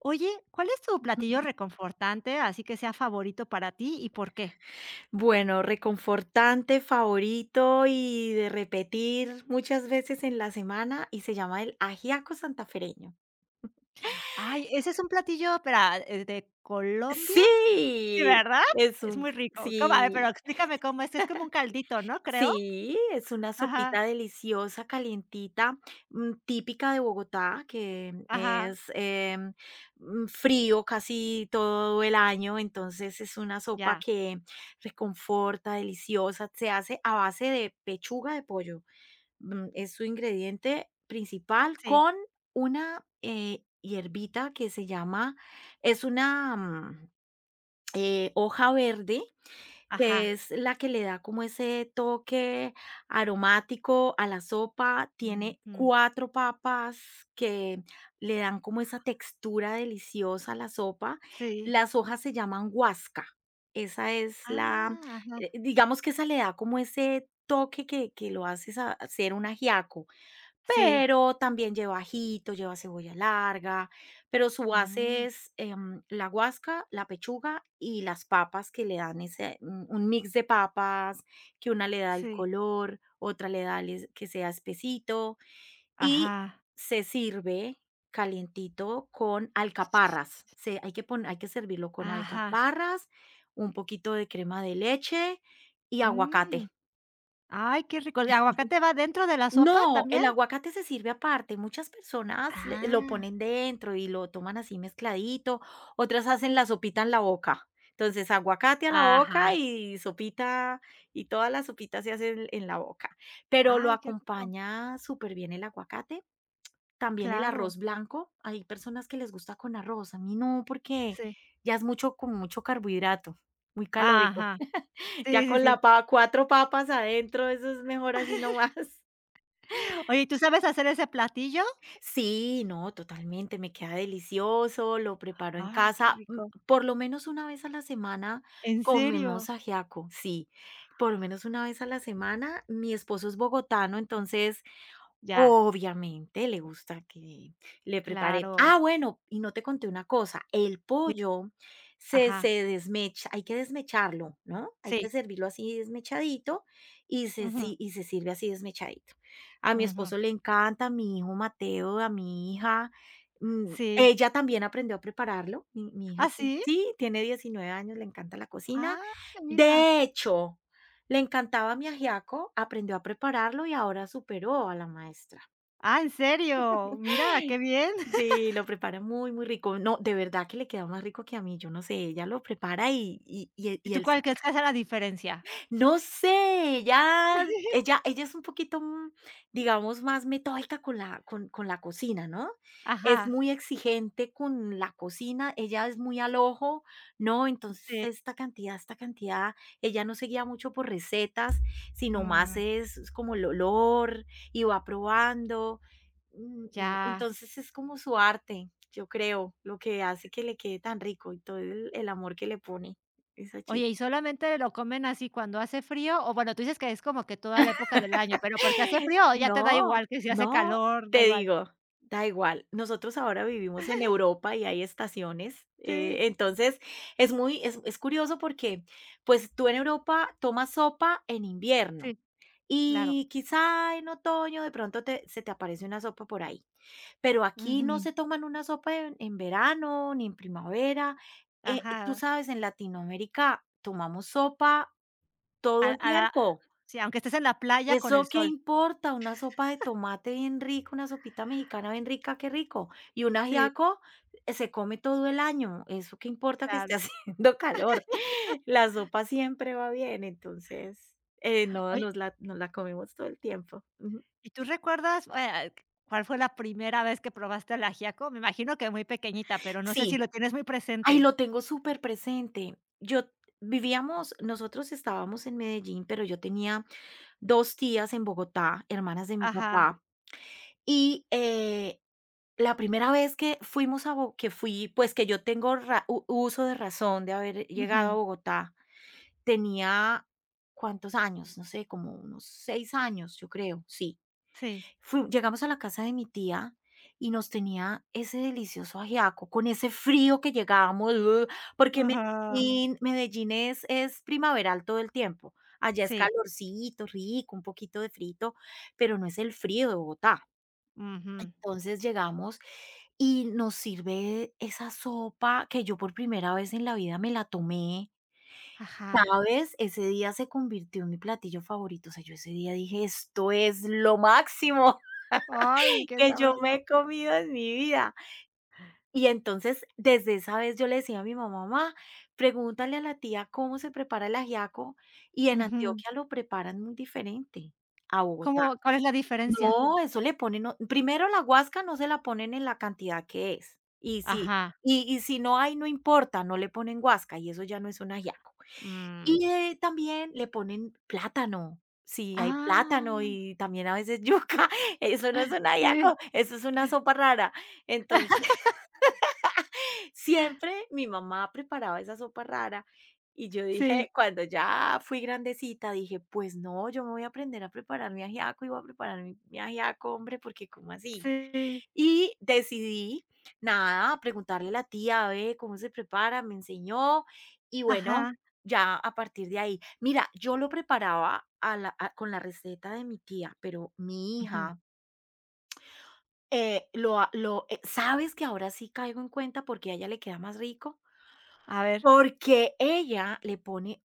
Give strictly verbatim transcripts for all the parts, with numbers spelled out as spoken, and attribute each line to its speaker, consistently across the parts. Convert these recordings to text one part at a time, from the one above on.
Speaker 1: Oye, ¿cuál es tu platillo reconfortante, así que sea favorito para ti y por qué?
Speaker 2: Bueno, reconfortante, favorito y de repetir muchas veces en la semana y se llama el ajiaco santafereño.
Speaker 1: Ay, ese es un platillo, espera, eh, ¿de Colombia? Sí,
Speaker 2: Sí,
Speaker 1: ¿verdad?
Speaker 2: es
Speaker 1: Es
Speaker 2: un
Speaker 1: muy rico. ¿Cómo? A ver, pero
Speaker 2: sí,
Speaker 1: explícame cómo es. Es como un caldito, ¿no? Creo.
Speaker 2: sí, es una
Speaker 1: Ajá,
Speaker 2: sopita deliciosa, calientita, mm, típica de Bogotá, que
Speaker 1: ajá,
Speaker 2: es, em, mm, frío casi todo el año, entonces es una sopa
Speaker 1: ya,
Speaker 2: que reconforta, deliciosa, se hace a base de pechuga de pollo. mm, es su ingrediente principal
Speaker 1: sí,
Speaker 2: con una, eh, hierbita que se llama, es una, mm, eh, hoja verde, que
Speaker 1: ajá,
Speaker 2: es la que le da como ese toque aromático a la sopa. Tiene
Speaker 1: ujú,
Speaker 2: cuatro papas que le dan como esa textura deliciosa a la sopa.
Speaker 1: sí.
Speaker 2: Las hojas se llaman huasca. Esa es la,
Speaker 1: Ah, ajá,
Speaker 2: eh, digamos, que esa le da como ese toque que que lo hace sa ser un ajiaco.
Speaker 1: sí,
Speaker 2: Pero también lleva ajito, lleva cebolla larga, pero su base
Speaker 1: mm,
Speaker 2: es, em, la guasca, la pechuga y las papas, que le dan ese un un mix de papas, que una le da el
Speaker 1: sí,
Speaker 2: color, otra le da les, que sea espesito, y
Speaker 1: ajá,
Speaker 2: se sirve calientito con alcaparras. Se hay que pon hay que servirlo con
Speaker 1: ajá,
Speaker 2: alcaparras, un poquito de crema de leche y
Speaker 1: mm,
Speaker 2: aguacate.
Speaker 1: ay, qué rico. ¿El aguacate va dentro de la sopa
Speaker 2: No,
Speaker 1: también?
Speaker 2: el aguacate se sirve aparte. Muchas personas le lo
Speaker 1: Ah,
Speaker 2: ponen dentro y lo toman así mezcladito, otras hacen la sopita en la boca. Entonces, aguacate a la boca
Speaker 1: ajá,
Speaker 2: y sopita, y toda la sopita se hace en en la boca, pero lo
Speaker 1: ay, qué rico.
Speaker 2: acompaña súper bien el aguacate, también el
Speaker 1: Claro,
Speaker 2: arroz blanco. Hay personas que les gusta con arroz, a mí no, porque
Speaker 1: sí.
Speaker 2: ya es mucho, como mucho carbohidrato, muy calórico.
Speaker 1: Ajá.
Speaker 2: Ya
Speaker 1: Sí, sí,
Speaker 2: con
Speaker 1: sí.
Speaker 2: la pa cuatro papas adentro, eso es mejor así nomás.
Speaker 1: Oye, ¿tú sabes hacer ese platillo?
Speaker 2: Sí, no, totalmente, me queda delicioso, lo preparo en
Speaker 1: Ay, qué
Speaker 2: casa, mm,
Speaker 1: rico.
Speaker 2: por lo menos una vez a la semana
Speaker 1: ¿En
Speaker 2: comemos
Speaker 1: serio?
Speaker 2: ajiaco, sí, por lo menos una vez a la semana. Mi esposo es bogotano, entonces
Speaker 1: Ya,
Speaker 2: obviamente le gusta que le prepare.
Speaker 1: claro.
Speaker 2: Ah, bueno, y no te conté una cosa, el
Speaker 1: Sí.
Speaker 2: pollo se
Speaker 1: Ajá.
Speaker 2: se desmecha, hay que desmecharlo, ¿no? Hay
Speaker 1: Sí.
Speaker 2: que servirlo así desmechadito y se
Speaker 1: Ujú,
Speaker 2: si y se sirve así desmechadito. A mi
Speaker 1: ujú.
Speaker 2: esposo le encanta, a mi hijo Mateo, a mi hija, mm,
Speaker 1: Sí.
Speaker 2: ella también aprendió a prepararlo. Mi mi
Speaker 1: ¿Ah,
Speaker 2: hija, ti
Speaker 1: sí?
Speaker 2: sí, tiene diecinueve años, le encanta la cocina.
Speaker 1: Ah, mira.
Speaker 2: De hecho, le encantaba mi ajiaco, aprendió a prepararlo y ahora superó a la maestra.
Speaker 1: Ah, ¿en serio? Mira, qué bien.
Speaker 2: Sí, lo prepara muy, muy rico. No, de verdad que le queda más rico que a mí, yo no sé, ella lo prepara y y y el
Speaker 1: ¿Y
Speaker 2: y
Speaker 1: tú
Speaker 2: el
Speaker 1: cuál crees que hace la diferencia?
Speaker 2: no sé, ella ella ella es un poquito, mm, digamos, más metódica con la con con la cocina, ¿no? Es
Speaker 1: Ajá,
Speaker 2: muy exigente con la cocina, ella es muy al ojo, ¿no? Entonces,
Speaker 1: sí.
Speaker 2: esta cantidad, esta cantidad, ella no se guía mucho por recetas, sino más
Speaker 1: Mm,
Speaker 2: es es como el olor, y va probando. Mm, mm,
Speaker 1: ya.
Speaker 2: entonces, es como su arte, yo creo, lo que hace que le quede tan rico, y todo el el amor que le pone esa
Speaker 1: Oye,
Speaker 2: chica.
Speaker 1: ¿y solamente lo comen así cuando hace frío? O bueno, tú dices que es como que toda la época del año, pero porque hace frío o ya te da
Speaker 2: No,
Speaker 1: igual que si hace
Speaker 2: no,
Speaker 1: calor, da
Speaker 2: te
Speaker 1: igual.
Speaker 2: digo, da igual. Nosotros ahora vivimos en Europa y hay estaciones,
Speaker 1: Sí,
Speaker 2: eh, entonces es muy es es curioso porque, pues, tú en Europa tomas sopa en invierno
Speaker 1: sí, claro.
Speaker 2: y quizá en otoño de pronto te se te aparece una sopa por ahí, pero aquí no
Speaker 1: Ujú.
Speaker 2: se toman una sopa en en verano ni en primavera. Eh, tú
Speaker 1: Ajá.
Speaker 2: sabes, en Latinoamérica tomamos sopa
Speaker 1: A
Speaker 2: todo el
Speaker 1: a la
Speaker 2: tiempo.
Speaker 1: sí, aunque estés en la playa con el
Speaker 2: ¿Eso qué
Speaker 1: sol.
Speaker 2: importa? Una sopa de tomate bien rica, una sopita mexicana bien rica, qué rico. Y un
Speaker 1: Sí,
Speaker 2: ajiaco, eh, se come todo el año. ¿Eso qué importa que esté
Speaker 1: claro.
Speaker 2: haciendo calor? La sopa siempre va bien, entonces, eh, no,
Speaker 1: Oye,
Speaker 2: nos la nos la comemos todo el tiempo. Ujú.
Speaker 1: ¿y tú recuerdas, eh, cuál fue la primera vez que probaste el ajiaco? Me imagino que muy pequeñita, pero no sé
Speaker 2: Sí,
Speaker 1: si lo tienes muy
Speaker 2: ay,
Speaker 1: presente.
Speaker 2: lo tengo súper presente. Yo Vivíamos, nosotros estábamos en Medellín, pero yo tenía dos tías en Bogotá, hermanas de mi
Speaker 1: Ajá.
Speaker 2: papá, y, eh la primera vez que fuimos a Bo que fui, pues, que yo tengo ra u uso de razón de haber llegado a
Speaker 1: Ujú.
Speaker 2: Bogotá, tenía, ¿cuántos años? No sé, como unos seis años, yo creo, sí.
Speaker 1: Sí.
Speaker 2: Fui Llegamos a la casa de mi tía y nos tenía ese delicioso ajiaco, con ese frío que llegábamos, ugh, porque
Speaker 1: Ajá.
Speaker 2: Medellín Medellín es es primaveral todo el tiempo. Allá es
Speaker 1: Sí.
Speaker 2: calorcito, rico, un poquito de frito, pero no es el frío de Bogotá.
Speaker 1: Ujú.
Speaker 2: Entonces llegamos y nos sirve esa sopa, que yo por primera vez en la vida me la tomé,
Speaker 1: Ajá.
Speaker 2: ¿sabes? Ese día se convirtió en mi platillo favorito. O sea, yo ese día dije, esto es lo máximo
Speaker 1: Ay, qué
Speaker 2: que yo me
Speaker 1: sabroso.
Speaker 2: he comido en mi vida. Y entonces, desde esa vez yo le decía a mi mamá: "Mamá, pregúntale a la tía cómo se prepara el ajiaco". Y en
Speaker 1: Ujú.
Speaker 2: Antioquia lo preparan muy diferente a Bogotá.
Speaker 1: ¿Cómo cuál es la diferencia?
Speaker 2: No, eso le ponen, o primero la guasca no se la ponen en la cantidad que es, y si
Speaker 1: Ajá,
Speaker 2: y y si no hay, no importa, no le ponen guasca, y eso ya no es un ajiaco.
Speaker 1: mm.
Speaker 2: Y, eh, también le ponen plátano, si hay plátano,
Speaker 1: Ah.
Speaker 2: y también a veces yuca, eso no es un
Speaker 1: Sí,
Speaker 2: ajiaco, eso es una sopa rara. Entonces siempre mi mamá preparaba esa sopa rara, y yo
Speaker 1: sí,
Speaker 2: dije, cuando ya fui grandecita, dije, pues no, yo me voy a aprender a preparar mi ajiaco y voy a preparar mi, mi ajiaco, hombre, porque ¿cómo así?
Speaker 1: sí,
Speaker 2: Y decidí, nada, preguntarle a la tía, ve cómo se prepara, me enseñó, y
Speaker 1: ajá.
Speaker 2: bueno, ya a partir de ahí, mira, yo lo preparaba a la- a- con la receta de mi tía, pero mi
Speaker 1: Ujú.
Speaker 2: hija... eh, lo, ha- lo, eh, sabes que ahora sí caigo en cuenta porque a ella le queda más rico.
Speaker 1: A ver,
Speaker 2: Porque ella le pone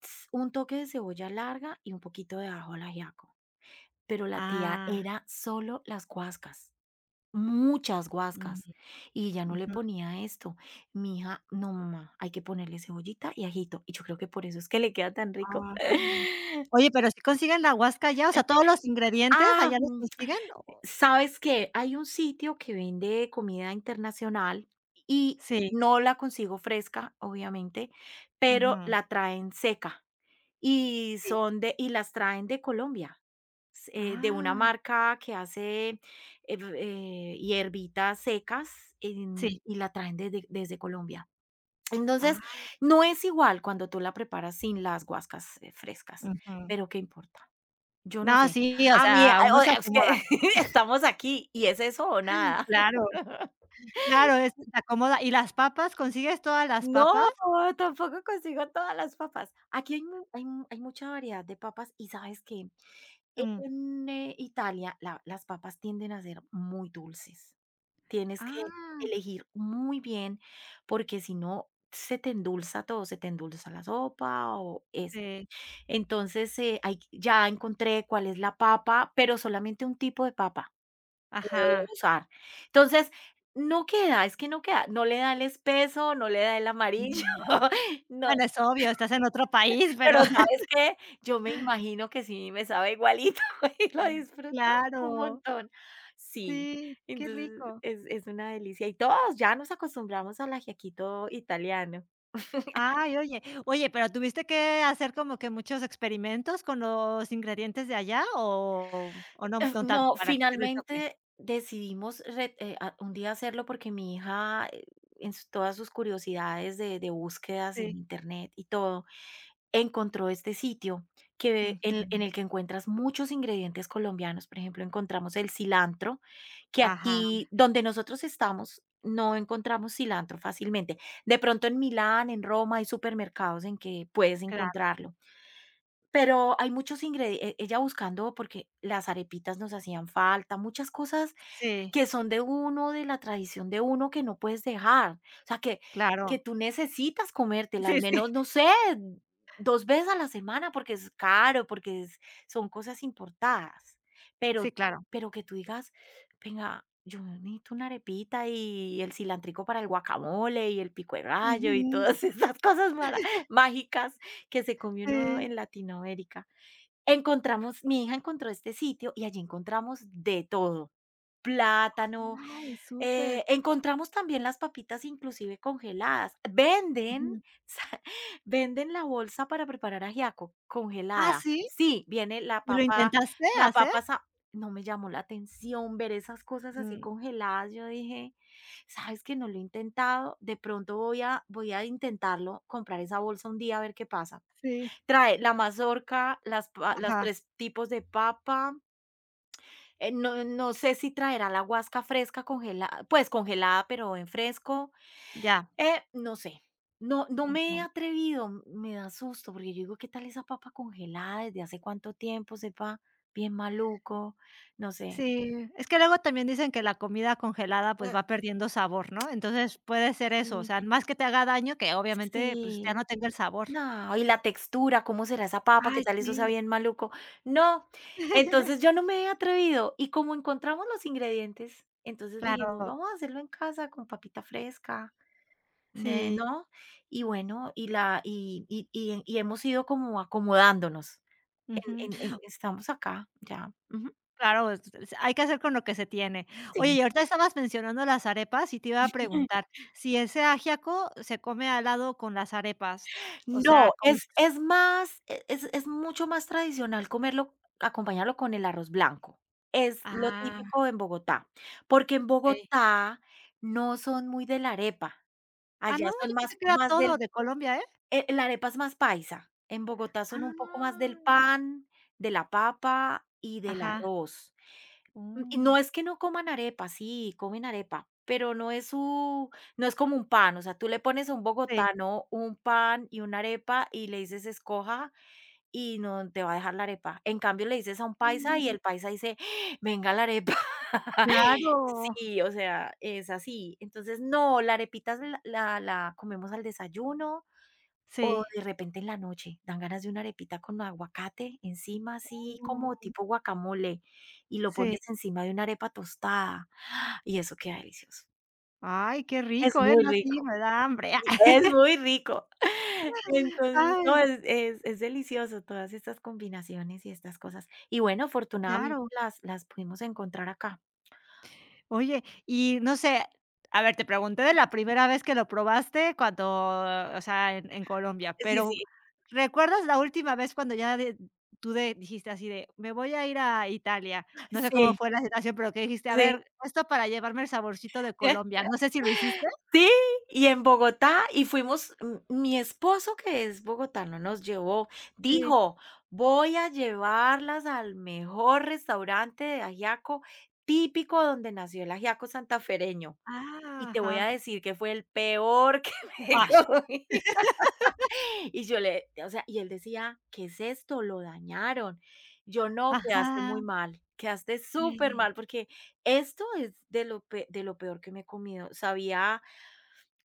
Speaker 2: ts un toque de cebolla larga y un poquito de ajo al ajiaco, pero la tía
Speaker 1: ah,
Speaker 2: era solo las guascas, muchas
Speaker 1: mm,
Speaker 2: guascas, y ella no le
Speaker 1: ujú,
Speaker 2: ponía esto. Mi hija: "No, mamá, hay que ponerle cebollita y ajito", y yo creo que por eso es que le queda tan rico.
Speaker 1: ay. Oye, ¿pero si consiguen la huasca allá? O sea, ¿todos los ingredientes
Speaker 2: Ah,
Speaker 1: allá los
Speaker 2: mm,
Speaker 1: consiguen o?
Speaker 2: ¿sabes qué? Hay un sitio que vende comida internacional y
Speaker 1: Sí,
Speaker 2: no la consigo fresca, obviamente, pero
Speaker 1: ujú.
Speaker 2: la traen seca. Y
Speaker 1: Sí.
Speaker 2: son de y las traen de Colombia, s eh, de una
Speaker 1: Ah.
Speaker 2: marca que hace, eh, eh, hierbitas secas,
Speaker 1: Sí.
Speaker 2: en y la traen desde desde Colombia. Entonces,
Speaker 1: Ah,
Speaker 2: no es igual cuando tú la preparas sin las guascas, eh, frescas,
Speaker 1: ujú.
Speaker 2: pero ¿qué importa? Yo no
Speaker 1: No,
Speaker 2: sé.
Speaker 1: sí, o
Speaker 2: A mí, ah,
Speaker 1: sea, uno
Speaker 2: o
Speaker 1: se
Speaker 2: es que
Speaker 1: acomoda.
Speaker 2: estamos aquí, y es eso o nada.
Speaker 1: Claro. Claro, es se acomoda. ¿Y las papas? ¿Consigues todas las
Speaker 2: No,
Speaker 1: papas?
Speaker 2: tampoco consigo todas las papas. Aquí hay mu hay mu hay mucha variedad de papas, y ¿sabes que
Speaker 1: Mm.
Speaker 2: En, eh, Italia, la las papas tienden a ser muy dulces. Tienes que
Speaker 1: Ah,
Speaker 2: elegir muy bien, porque si no, se te endulza todo, se te endulza la sopa. O es,
Speaker 1: sí,
Speaker 2: entonces, eh, hay, ya encontré cuál es la papa, pero solamente un tipo de papa puedo
Speaker 1: ajá.
Speaker 2: usar. Entonces, no queda, es que no queda, no le da el espeso, no le da el amarillo,
Speaker 1: Ujú.
Speaker 2: no,
Speaker 1: Bueno, es obvio, estás en otro país, pero
Speaker 2: pero ¿sabes qué? Yo me imagino que sí me sabe igualito y lo disfruto un
Speaker 1: claro,
Speaker 2: montón. Sí,
Speaker 1: sí, qué
Speaker 2: entonces
Speaker 1: rico.
Speaker 2: es es una delicia y todos ya nos acostumbramos al ajiaquito italiano.
Speaker 1: Ay, oye, oye, pero, ¿tuviste que hacer como que muchos experimentos con los ingredientes de allá o o no
Speaker 2: Ef
Speaker 1: no tanto
Speaker 2: No,
Speaker 1: para que te dé el toque?
Speaker 2: finalmente decidimos, re eh, a un día, hacerlo, porque mi hija, eh, en s todas sus curiosidades de de búsquedas
Speaker 1: Sí,
Speaker 2: en Internet y todo, encontró este sitio, que en en
Speaker 1: ujú.
Speaker 2: el que encuentras muchos ingredientes colombianos. Por ejemplo, encontramos el cilantro, que
Speaker 1: Ajá,
Speaker 2: aquí donde nosotros estamos no encontramos cilantro fácilmente. De pronto en Milán, en Roma, hay supermercados en que puedes
Speaker 1: claro,
Speaker 2: encontrarlo, pero hay muchos ingredientes, ella buscando, porque las arepitas nos hacían falta, muchas cosas
Speaker 1: sí,
Speaker 2: que son de uno, de la tradición de uno, que no puedes dejar. O sea, que que
Speaker 1: claro.
Speaker 2: tú necesitas comértela, al
Speaker 1: Sí, sí,
Speaker 2: menos, no sé, dos veces a la semana, porque es caro, porque es, son cosas importadas.
Speaker 1: sí,
Speaker 2: Pero
Speaker 1: claro.
Speaker 2: pero que tú digas: "Venga, yo necesito una arepita y el cilantrico para el guacamole y el pico de gallo", y
Speaker 1: Ujú,
Speaker 2: todas esas cosas mara mágicas que se come uno
Speaker 1: sí.
Speaker 2: en Latinoamérica. Encontramos, mi hija encontró este sitio y allí encontramos de todo, plátano,
Speaker 1: Ay,
Speaker 2: eh,
Speaker 1: súper.
Speaker 2: encontramos también las papitas, inclusive congeladas. Venden,
Speaker 1: Ujú.
Speaker 2: sa- venden la bolsa para preparar ajiaco
Speaker 1: Ah,
Speaker 2: congelada.
Speaker 1: ¿sí?
Speaker 2: Sí, viene la
Speaker 1: ¿Y lo
Speaker 2: papa,
Speaker 1: intentaste
Speaker 2: la
Speaker 1: hacer?
Speaker 2: papa, sa- no me llamó la atención ver esas cosas así
Speaker 1: Mm,
Speaker 2: congeladas. Yo dije, sabes que no lo he intentado, de pronto voy a, voy a intentarlo, comprar esa bolsa un día a ver qué pasa.
Speaker 1: sí.
Speaker 2: Trae la mazorca, las, pa- los
Speaker 1: Ajá,
Speaker 2: tres tipos de papa, eh, no no sé si traerá la guasca fresca congelada, pues, congelada, pero en fresco,
Speaker 1: ya.
Speaker 2: eh, no sé. No no me he
Speaker 1: Ujú.
Speaker 2: atrevido, m- me da susto, porque yo digo: "¿Qué tal esa papa congelada? ¿Desde hace cuánto tiempo? Sepa bien maluco", no sé.
Speaker 1: Sí, es que luego también dicen que la comida congelada, pues, va perdiendo sabor, ¿no? Entonces, puede ser eso, o
Speaker 2: Mm.
Speaker 1: sea, más que te haga daño, que
Speaker 2: Sí,
Speaker 1: obviamente, pues, ya
Speaker 2: sí.
Speaker 1: no tenga el sabor.
Speaker 2: No, y la textura, ¿cómo será esa papa? ¿Qué
Speaker 1: Ay,
Speaker 2: tal eso sea
Speaker 1: sí.
Speaker 2: bien maluco? No, entonces yo no me he atrevido, y como encontramos los ingredientes, entonces dijimos:
Speaker 1: Claro,
Speaker 2: "Vamos a hacerlo en casa con papita fresca". Eh,
Speaker 1: sí,
Speaker 2: no, Y bueno, y la y y y y hemos ido como acomodándonos en
Speaker 1: ujú.
Speaker 2: en en estamos acá ya, ujú,
Speaker 1: Claro, es es hay que hacer con lo que se tiene. Oye,
Speaker 2: sí.
Speaker 1: y ahorita estabas mencionando las arepas, y te iba a preguntar, si ese ajiaco se come al lado con las arepas, o
Speaker 2: No,
Speaker 1: sea, como s
Speaker 2: es es más, e es es mucho más tradicional comerlo acompañarlo con el arroz blanco. Es lo
Speaker 1: ah,
Speaker 2: típico en Bogotá, porque en
Speaker 1: okey.
Speaker 2: Bogotá no son muy de la arepa,
Speaker 1: Ah, no,
Speaker 2: allá
Speaker 1: yo
Speaker 2: son más
Speaker 1: pensé que era
Speaker 2: más
Speaker 1: todo
Speaker 2: del
Speaker 1: de Colombia, ¿eh?
Speaker 2: eh, la arepa es más paisa, en Bogotá son un poco más del
Speaker 1: Ah.
Speaker 2: pan, de la papa y del
Speaker 1: Ajá.
Speaker 2: arroz. Y
Speaker 1: Mm.
Speaker 2: no es que no coman arepa, sí, comen arepa, pero no es su no es como un pan, o sea, tú le pones a un
Speaker 1: Sí.
Speaker 2: bogotano un pan y una arepa y le dices: "Escoja", y no te va a dejar la arepa. En cambio, le dices a un paisa y
Speaker 1: Mm.
Speaker 2: el paisa dice: "Ah, Venga la arepa".
Speaker 1: Claro.
Speaker 2: Sí, o sea, es así. Entonces, no, la arepita es la la la comemos al desayuno, o
Speaker 1: Sí.
Speaker 2: de repente en la noche dan ganas de una arepita con aguacate encima, así
Speaker 1: Oh.
Speaker 2: como tipo guacamole, y lo
Speaker 1: Sí.
Speaker 2: pones encima de una arepa tostada. ¡Ah! Y eso queda delicioso.
Speaker 1: Ay, qué
Speaker 2: Es
Speaker 1: rico, ¿eh?
Speaker 2: muy
Speaker 1: No, sí,
Speaker 2: rico,
Speaker 1: me da hambre.
Speaker 2: y es muy rico. Entonces, no,
Speaker 1: Ay,
Speaker 2: es es es delicioso todas estas combinaciones y estas cosas. Y bueno, afortunadamente
Speaker 1: claro.
Speaker 2: las las pudimos encontrar acá.
Speaker 1: Oye, y no sé, a ver, te pregunté de la primera vez que lo probaste cuando, o sea, en en Colombia,
Speaker 2: Sí,
Speaker 1: pero,
Speaker 2: sí,
Speaker 1: ¿recuerdas la última vez cuando ya de tú de dijiste así de: "Me voy a ir a Italia"? No sé cómo
Speaker 2: sí,
Speaker 1: fue la situación, pero que dijiste: "A
Speaker 2: sí.
Speaker 1: ver, esto para llevarme el saborcito de Colombia". No sé si lo hiciste.
Speaker 2: Sí, y en Bogotá, y fuimos, m mi esposo, que es bogotano, nos llevó,
Speaker 1: Sí.
Speaker 2: dijo: "Voy a llevarlas al mejor restaurante de ajiaco típico donde nació el ajiaco santafereño,
Speaker 1: Ah,
Speaker 2: y te voy a
Speaker 1: ajá.
Speaker 2: decir que fue el peor que me
Speaker 1: Ay,
Speaker 2: comí". Y yo le o sea, y él decía: "¿Qué es esto? Lo dañaron". Yo: "No, quedaste
Speaker 1: ajá.
Speaker 2: muy mal, quedaste súper
Speaker 1: Eh,
Speaker 2: mal porque esto es de lo pe de lo peor que me he comido". Sabía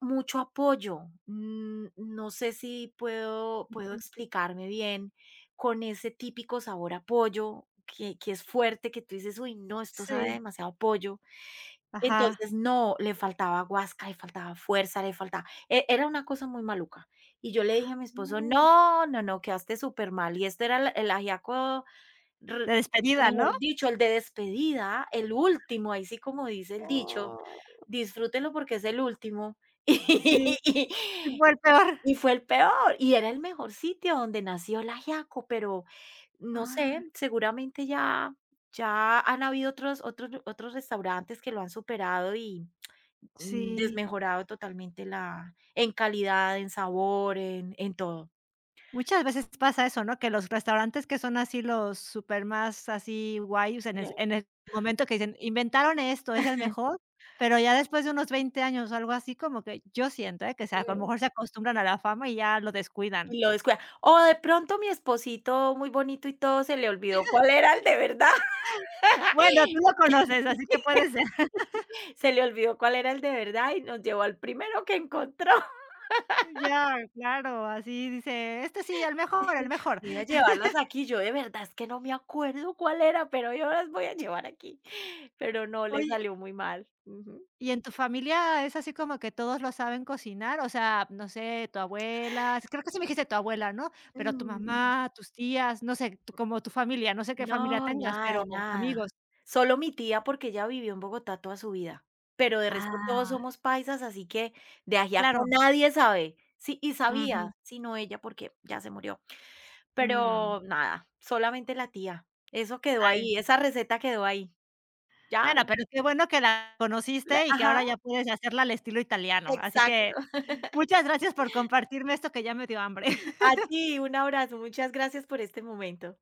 Speaker 2: mucho apoyo. Mm, no sé si puedo puedo
Speaker 1: ujú.
Speaker 2: explicarme bien con ese típico sabor a pollo que que es fuerte, que tú dices: "Uy, no, esto sabe
Speaker 1: Sí,
Speaker 2: demasiado a pollo".
Speaker 1: ajá.
Speaker 2: Entonces, no, le faltaba guasca, le faltaba fuerza, le faltaba e era una cosa muy maluca. Y yo le dije a mi esposo:
Speaker 1: Uh,
Speaker 2: "No, no, no, quedaste súper mal. Y este era el el ajiaco Re
Speaker 1: de despedida,
Speaker 2: mejor
Speaker 1: ¿no?
Speaker 2: dicho, el de despedida, el último, ahí sí como dice el dicho,
Speaker 1: Oh,
Speaker 2: disfrútelo porque es el último".
Speaker 1: sí, sí
Speaker 2: Y
Speaker 1: fue el peor.
Speaker 2: y fue el peor, y era el mejor sitio donde nació el ajiaco, pero no
Speaker 1: Ah,
Speaker 2: sé, seguramente ya ya han habido otros otros otros restaurantes que lo han superado y, mm,
Speaker 1: sí.
Speaker 2: desmejorado totalmente la en calidad, en sabor, en en todo.
Speaker 1: Muchas veces pasa eso, ¿no? Que los restaurantes que son así los super más así guays en
Speaker 2: Ya.
Speaker 1: es en el momento que dicen: "Inventaron esto, es el mejor", pero ya después de unos veinte años o algo así, como que yo siento, ¿eh? Que se a lo mejor se acostumbran a la fama y ya lo descuidan.
Speaker 2: Y lo descuida. O de pronto mi esposito muy bonito y todo, se le olvidó cuál era el de verdad.
Speaker 1: Bueno, tú lo conoces, así que puede ser.
Speaker 2: Se le olvidó cuál era el de verdad y nos llevó al primero que encontró.
Speaker 1: Ya, claro, así dice: "Este sí, el mejor, el mejor".
Speaker 2: Voy a llevarlas aquí. Yo de verdad es que no me acuerdo cuál era, pero yo las voy a llevar aquí. Pero no, le
Speaker 1: Oye,
Speaker 2: salió muy mal. Ujú.
Speaker 1: ¿y en tu familia es así como que todos lo saben cocinar? O sea, no sé, tu abuela, creo que sí me dijiste tu abuela, ¿no? Pero tu
Speaker 2: Mm.
Speaker 1: mamá, tus tías, no sé, tu como tu familia, no sé qué familia
Speaker 2: No,
Speaker 1: tengas, pero
Speaker 2: nada, nada.
Speaker 1: amigos.
Speaker 2: Solo mi tía, porque ella vivió en Bogotá toda su vida, pero de resto todos
Speaker 1: Ah,
Speaker 2: somos paisas, así que de
Speaker 1: claro.
Speaker 2: ajiaco nadie sabe. Sí, y
Speaker 1: Ujú.
Speaker 2: sabía, sino ella porque ya se murió.
Speaker 1: Mm,
Speaker 2: Pero nada, solamente la tía. Eso quedó
Speaker 1: ay,
Speaker 2: ahí, esa receta quedó ahí. Ya,
Speaker 1: bueno, pero qué bueno que la
Speaker 2: la
Speaker 1: conociste y que
Speaker 2: ajá,
Speaker 1: ahora ya puedes hacerla al estilo italiano. Así
Speaker 2: exacto.
Speaker 1: que muchas gracias por compartirme esto que ya me dio hambre.
Speaker 2: A ti, un abrazo. Muchas gracias por este momento.